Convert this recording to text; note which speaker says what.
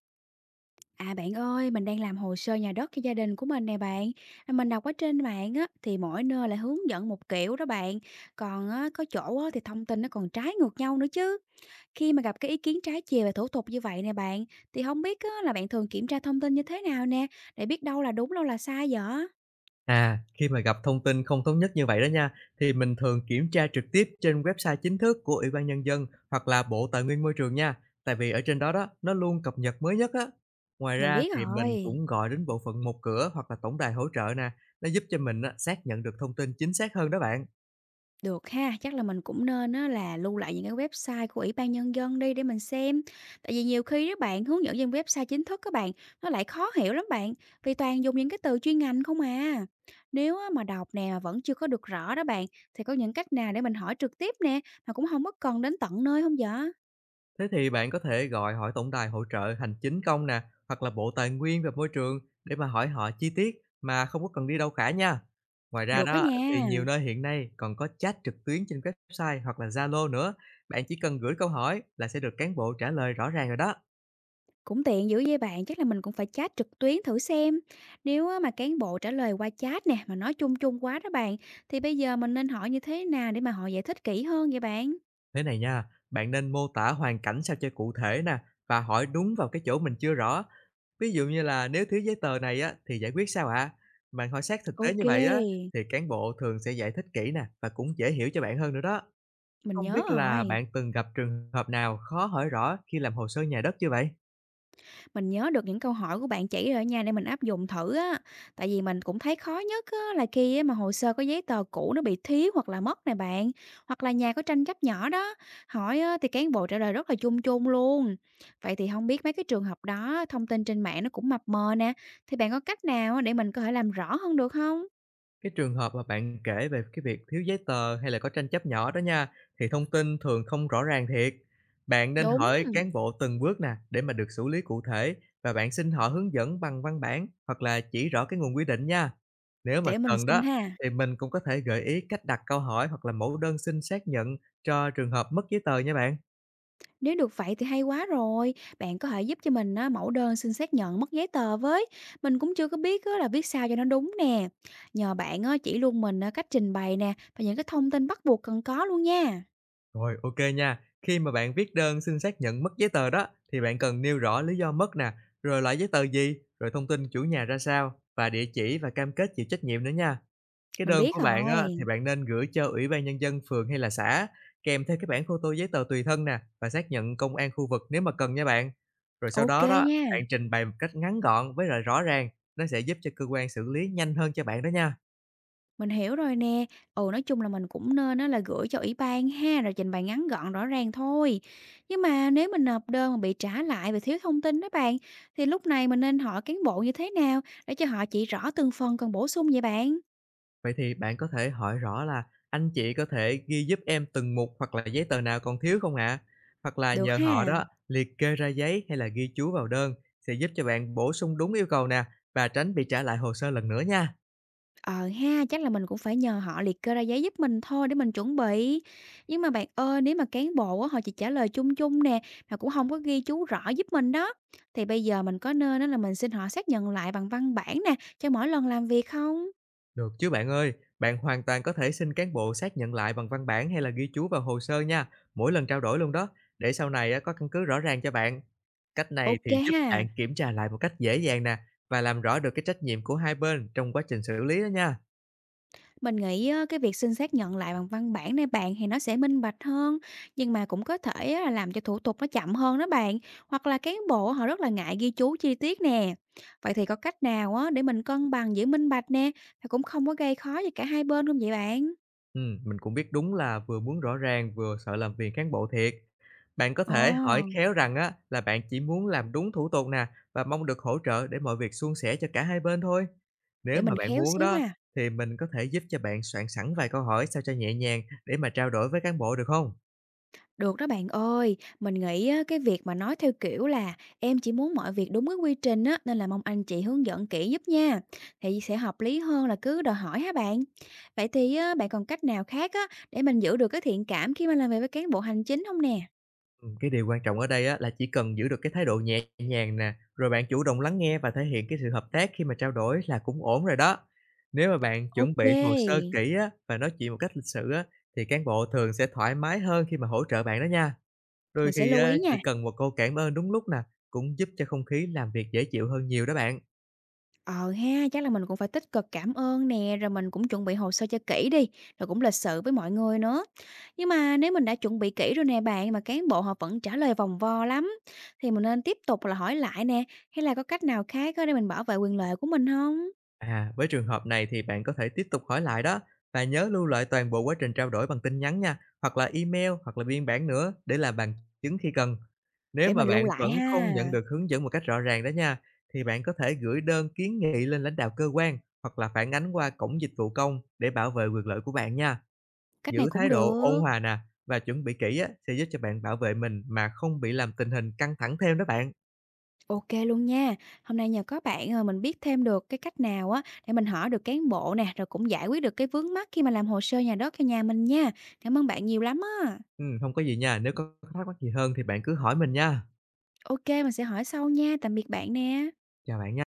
Speaker 1: À bạn ơi, mình đang làm hồ sơ nhà đất cho gia đình của mình nè bạn. Mình đọc ở trên mạng á thì mỗi nơi lại hướng dẫn một kiểu đó bạn. Còn á, có chỗ á, thì thông tin nó còn trái ngược nhau nữa chứ. Khi mà gặp cái ý kiến trái chiều về thủ tục như vậy nè bạn, thì không biết á, là bạn thường kiểm tra thông tin như thế nào nè để biết đâu là đúng đâu là sai vậy?
Speaker 2: À, khi mà gặp thông tin không thống nhất như vậy đó nha, thì mình thường kiểm tra trực tiếp trên website chính thức của Ủy ban Nhân dân hoặc là Bộ Tài nguyên Môi trường nha, tại vì ở trên đó đó nó luôn cập nhật mới nhất á. Ngoài
Speaker 1: Mình
Speaker 2: ra
Speaker 1: biết
Speaker 2: thì mình
Speaker 1: rồi.
Speaker 2: cũng gọi đến bộ phận một cửa hoặc là tổng đài hỗ trợ nè, nó giúp cho mình á, xác nhận được thông tin chính xác hơn đó bạn.
Speaker 1: Được ha, chắc là mình cũng nên á là lưu lại những cái website của Ủy ban Nhân dân đi để mình xem. Tại vì nhiều khi các bạn, hướng dẫn trên website chính thức các bạn, nó lại khó hiểu lắm bạn, vì toàn dùng những cái từ chuyên ngành không à. Nếu á mà đọc nè mà vẫn chưa có được rõ đó bạn, thì có những cách nào để mình hỏi trực tiếp nè, mà cũng không có cần đến tận nơi không dạ?
Speaker 2: Thế thì bạn có thể gọi hỏi tổng đài hỗ trợ hành chính công nè, hoặc là Bộ Tài nguyên và Môi trường để mà hỏi họ chi tiết mà không có cần đi đâu cả nha. Ngoài ra
Speaker 1: Được đó
Speaker 2: đó thì
Speaker 1: nha.
Speaker 2: nhiều nơi hiện nay còn có chat trực tuyến trên website hoặc là Zalo nữa. Bạn chỉ cần gửi câu hỏi là sẽ được cán bộ trả lời rõ ràng rồi đó.
Speaker 1: Cũng tiện dữ với bạn, chắc là mình cũng phải chat trực tuyến thử xem. Nếu á mà cán bộ trả lời qua chat nè, mà nói chung chung quá đó bạn, thì bây giờ mình nên hỏi như thế nào để mà họ giải thích kỹ hơn vậy bạn?
Speaker 2: Thế này nha, bạn nên mô tả hoàn cảnh sao cho cụ thể nè và hỏi đúng vào cái chỗ mình chưa rõ. Ví dụ như là, nếu thiếu giấy tờ này á thì giải quyết sao ạ? Bạn hỏi sát thực tế như
Speaker 1: Ok,
Speaker 2: vậy á thì cán bộ thường sẽ giải thích kỹ nè và cũng dễ hiểu cho bạn hơn nữa đó.
Speaker 1: mình
Speaker 2: Không
Speaker 1: nhớ
Speaker 2: biết là
Speaker 1: rồi.
Speaker 2: bạn từng gặp trường hợp nào khó hỏi rõ khi làm hồ sơ nhà đất chưa vậy?
Speaker 1: Mình nhớ được những câu hỏi của bạn chỉ rồi nha để mình áp dụng thử á. Tại vì mình cũng thấy khó nhất á, là khi á, mà hồ sơ có giấy tờ cũ nó bị thiếu hoặc là mất nè bạn. Hoặc là nhà có tranh chấp nhỏ đó. Hỏi á, thì cán bộ trả lời rất là chung chung luôn. Vậy thì không biết mấy cái trường hợp đó thông tin trên mạng nó cũng mập mờ nè. Thì bạn có cách nào á, để mình có thể làm rõ hơn được không?
Speaker 2: Cái trường hợp mà bạn kể về cái việc thiếu giấy tờ hay là có tranh chấp nhỏ đó nha, thì thông tin thường không rõ ràng thiệt. Bạn nên
Speaker 1: Đúng,
Speaker 2: hỏi cán bộ từng bước nè để mà được xử lý cụ thể, và bạn xin họ hướng dẫn bằng văn bản hoặc là chỉ rõ cái nguồn quy định nha. Nếu mà
Speaker 1: để mình
Speaker 2: cần
Speaker 1: xin
Speaker 2: đó
Speaker 1: ha.
Speaker 2: thì mình cũng có thể gợi ý cách đặt câu hỏi hoặc là mẫu đơn xin xác nhận cho trường hợp mất giấy tờ nha bạn.
Speaker 1: Nếu được vậy thì hay quá rồi. Bạn có thể giúp cho mình á, mẫu đơn xin xác nhận mất giấy tờ với. Mình cũng chưa có biết á, là viết sao cho nó đúng nè. Nhờ bạn á, chỉ luôn mình á, cách trình bày nè và những cái thông tin bắt buộc cần có luôn nha.
Speaker 2: Rồi, ok nha. Khi mà bạn viết đơn xin xác nhận mất giấy tờ đó, thì bạn cần nêu rõ lý do mất nè, rồi loại giấy tờ gì, rồi thông tin chủ nhà ra sao, và địa chỉ và cam kết chịu trách nhiệm nữa nha. Cái
Speaker 1: Mình
Speaker 2: đơn
Speaker 1: biết
Speaker 2: của bạn á, thì
Speaker 1: rồi.
Speaker 2: bạn nên gửi cho Ủy ban Nhân dân phường hay là xã, kèm theo cái bản photo giấy tờ tùy thân nè, và xác nhận công an khu vực nếu mà cần nha bạn. Rồi sau
Speaker 1: Ok
Speaker 2: đó đó,
Speaker 1: nha.
Speaker 2: bạn trình bày một cách ngắn gọn với lại rõ ràng, nó sẽ giúp cho cơ quan xử lý nhanh hơn cho bạn đó nha.
Speaker 1: Mình hiểu rồi nè. Ừ nói chung là mình cũng nên á, là gửi cho ủy ban ha rồi trình bày ngắn gọn rõ ràng thôi. Nhưng mà nếu mình nộp đơn mà bị trả lại vì thiếu thông tin đó bạn thì lúc này mình nên hỏi cán bộ như thế nào để cho họ chỉ rõ từng phần cần bổ sung vậy bạn?
Speaker 2: Vậy thì bạn có thể hỏi rõ là, anh chị có thể ghi giúp em từng mục hoặc là giấy tờ nào còn thiếu không ạ? Hoặc là
Speaker 1: Được
Speaker 2: nhờ họ
Speaker 1: ha.
Speaker 2: đó liệt kê ra giấy hay là ghi chú vào đơn, sẽ giúp cho bạn bổ sung đúng yêu cầu nè và tránh bị trả lại hồ sơ lần nữa nha.
Speaker 1: Ờ ha, chắc là mình cũng phải nhờ họ liệt kê ra giấy giúp mình thôi để mình chuẩn bị. Nhưng mà bạn ơi, nếu mà cán bộ á, họ chỉ trả lời chung chung nè, mà cũng không có ghi chú rõ giúp mình đó, thì bây giờ mình có nên á là mình xin họ xác nhận lại bằng văn bản nè, cho mỗi lần làm việc không?
Speaker 2: Được chứ bạn ơi, bạn hoàn toàn có thể xin cán bộ xác nhận lại bằng văn bản hay là ghi chú vào hồ sơ nha, mỗi lần trao đổi luôn đó, để sau này á, có căn cứ rõ ràng cho bạn. Cách này
Speaker 1: Ok
Speaker 2: thì giúp
Speaker 1: ha.
Speaker 2: bạn kiểm tra lại một cách dễ dàng nè và làm rõ được cái trách nhiệm của hai bên trong quá trình xử lý đó nha.
Speaker 1: Mình nghĩ á, cái việc xin xác nhận lại bằng văn bản này bạn thì nó sẽ minh bạch hơn, nhưng mà cũng có thể á, là làm cho thủ tục nó chậm hơn đó bạn, hoặc là cán bộ họ rất là ngại ghi chú chi tiết nè. Vậy thì có cách nào á để mình cân bằng giữa minh bạch nè, và cũng không có gây khó cho cả hai bên không vậy bạn?
Speaker 2: Mình cũng biết đúng là vừa muốn rõ ràng, vừa sợ làm phiền cán bộ thiệt. Bạn có
Speaker 1: Ồ,
Speaker 2: thể hỏi khéo rằng á, là bạn chỉ muốn làm đúng thủ tục nè, và mong được hỗ trợ để mọi việc suôn sẻ cho cả hai bên thôi. Nếu
Speaker 1: để
Speaker 2: mà
Speaker 1: mình
Speaker 2: bạn
Speaker 1: khéo
Speaker 2: muốn
Speaker 1: xíu
Speaker 2: đó,
Speaker 1: ha.
Speaker 2: thì mình có thể giúp cho bạn soạn sẵn vài câu hỏi sao cho nhẹ nhàng để mà trao đổi với cán bộ được không?
Speaker 1: Được đó bạn ơi, mình nghĩ á, cái việc mà nói theo kiểu là em chỉ muốn mọi việc đúng cái quy trình á, nên là mong anh chị hướng dẫn kỹ giúp nha, thì sẽ hợp lý hơn là cứ đòi hỏi hả bạn? Vậy thì á, bạn còn cách nào khác á, để mình giữ được cái thiện cảm khi mà làm việc với cán bộ hành chính không nè?
Speaker 2: Cái điều quan trọng ở đây á là chỉ cần giữ được cái thái độ nhẹ nhàng nè, rồi bạn chủ động lắng nghe và thể hiện cái sự hợp tác khi mà trao đổi là cũng ổn rồi đó. Nếu mà bạn chuẩn
Speaker 1: Ok,
Speaker 2: bị hồ sơ kỹ á và nói chuyện một cách lịch sự á thì cán bộ thường sẽ thoải mái hơn khi mà hỗ trợ bạn đó nha. Đôi
Speaker 1: mình sẽ
Speaker 2: khi
Speaker 1: lưu
Speaker 2: á
Speaker 1: ý
Speaker 2: chỉ
Speaker 1: nha.
Speaker 2: cần một câu cảm ơn đúng lúc nè cũng giúp cho không khí làm việc dễ chịu hơn nhiều đó bạn.
Speaker 1: Ờ ha, chắc là mình cũng phải tích cực cảm ơn nè, rồi mình cũng chuẩn bị hồ sơ cho kỹ đi, rồi cũng lịch sự với mọi người nữa. Nhưng mà nếu mình đã chuẩn bị kỹ rồi nè bạn, mà cán bộ họ vẫn trả lời vòng vo lắm, thì mình nên tiếp tục là hỏi lại nè, hay là có cách nào khác á để mình bảo vệ quyền lợi của mình không?
Speaker 2: À, với trường hợp này thì bạn có thể tiếp tục hỏi lại đó và nhớ lưu lại toàn bộ quá trình trao đổi bằng tin nhắn nha, hoặc là email hoặc là biên bản nữa để làm bằng chứng khi cần. Nếu
Speaker 1: Để
Speaker 2: mà
Speaker 1: mình lưu
Speaker 2: bạn
Speaker 1: lại
Speaker 2: vẫn không
Speaker 1: ha,
Speaker 2: nhận được hướng dẫn một cách rõ ràng đó nha, thì bạn có thể gửi đơn kiến nghị lên lãnh đạo cơ quan hoặc là phản ánh qua cổng dịch vụ công để bảo vệ quyền lợi của bạn nha.
Speaker 1: cách này
Speaker 2: Giữ
Speaker 1: cũng
Speaker 2: thái độ ôn
Speaker 1: được.
Speaker 2: hòa nè và chuẩn bị kỹ á, sẽ giúp cho bạn bảo vệ mình mà không bị làm tình hình căng thẳng thêm đó bạn.
Speaker 1: Ok luôn nha, hôm nay nhờ có bạn mà mình biết thêm được cái cách nào á để mình hỏi được cán bộ nè, rồi cũng giải quyết được cái vướng mắc khi mà làm hồ sơ nhà đất cho nhà mình nha. Cảm ơn bạn nhiều lắm á.
Speaker 2: Ừ, không có gì nha, nếu có thắc mắc gì hơn thì bạn cứ hỏi mình nha.
Speaker 1: OK, mình sẽ hỏi sau nha. Tạm biệt bạn nè.
Speaker 2: Chào bạn nha.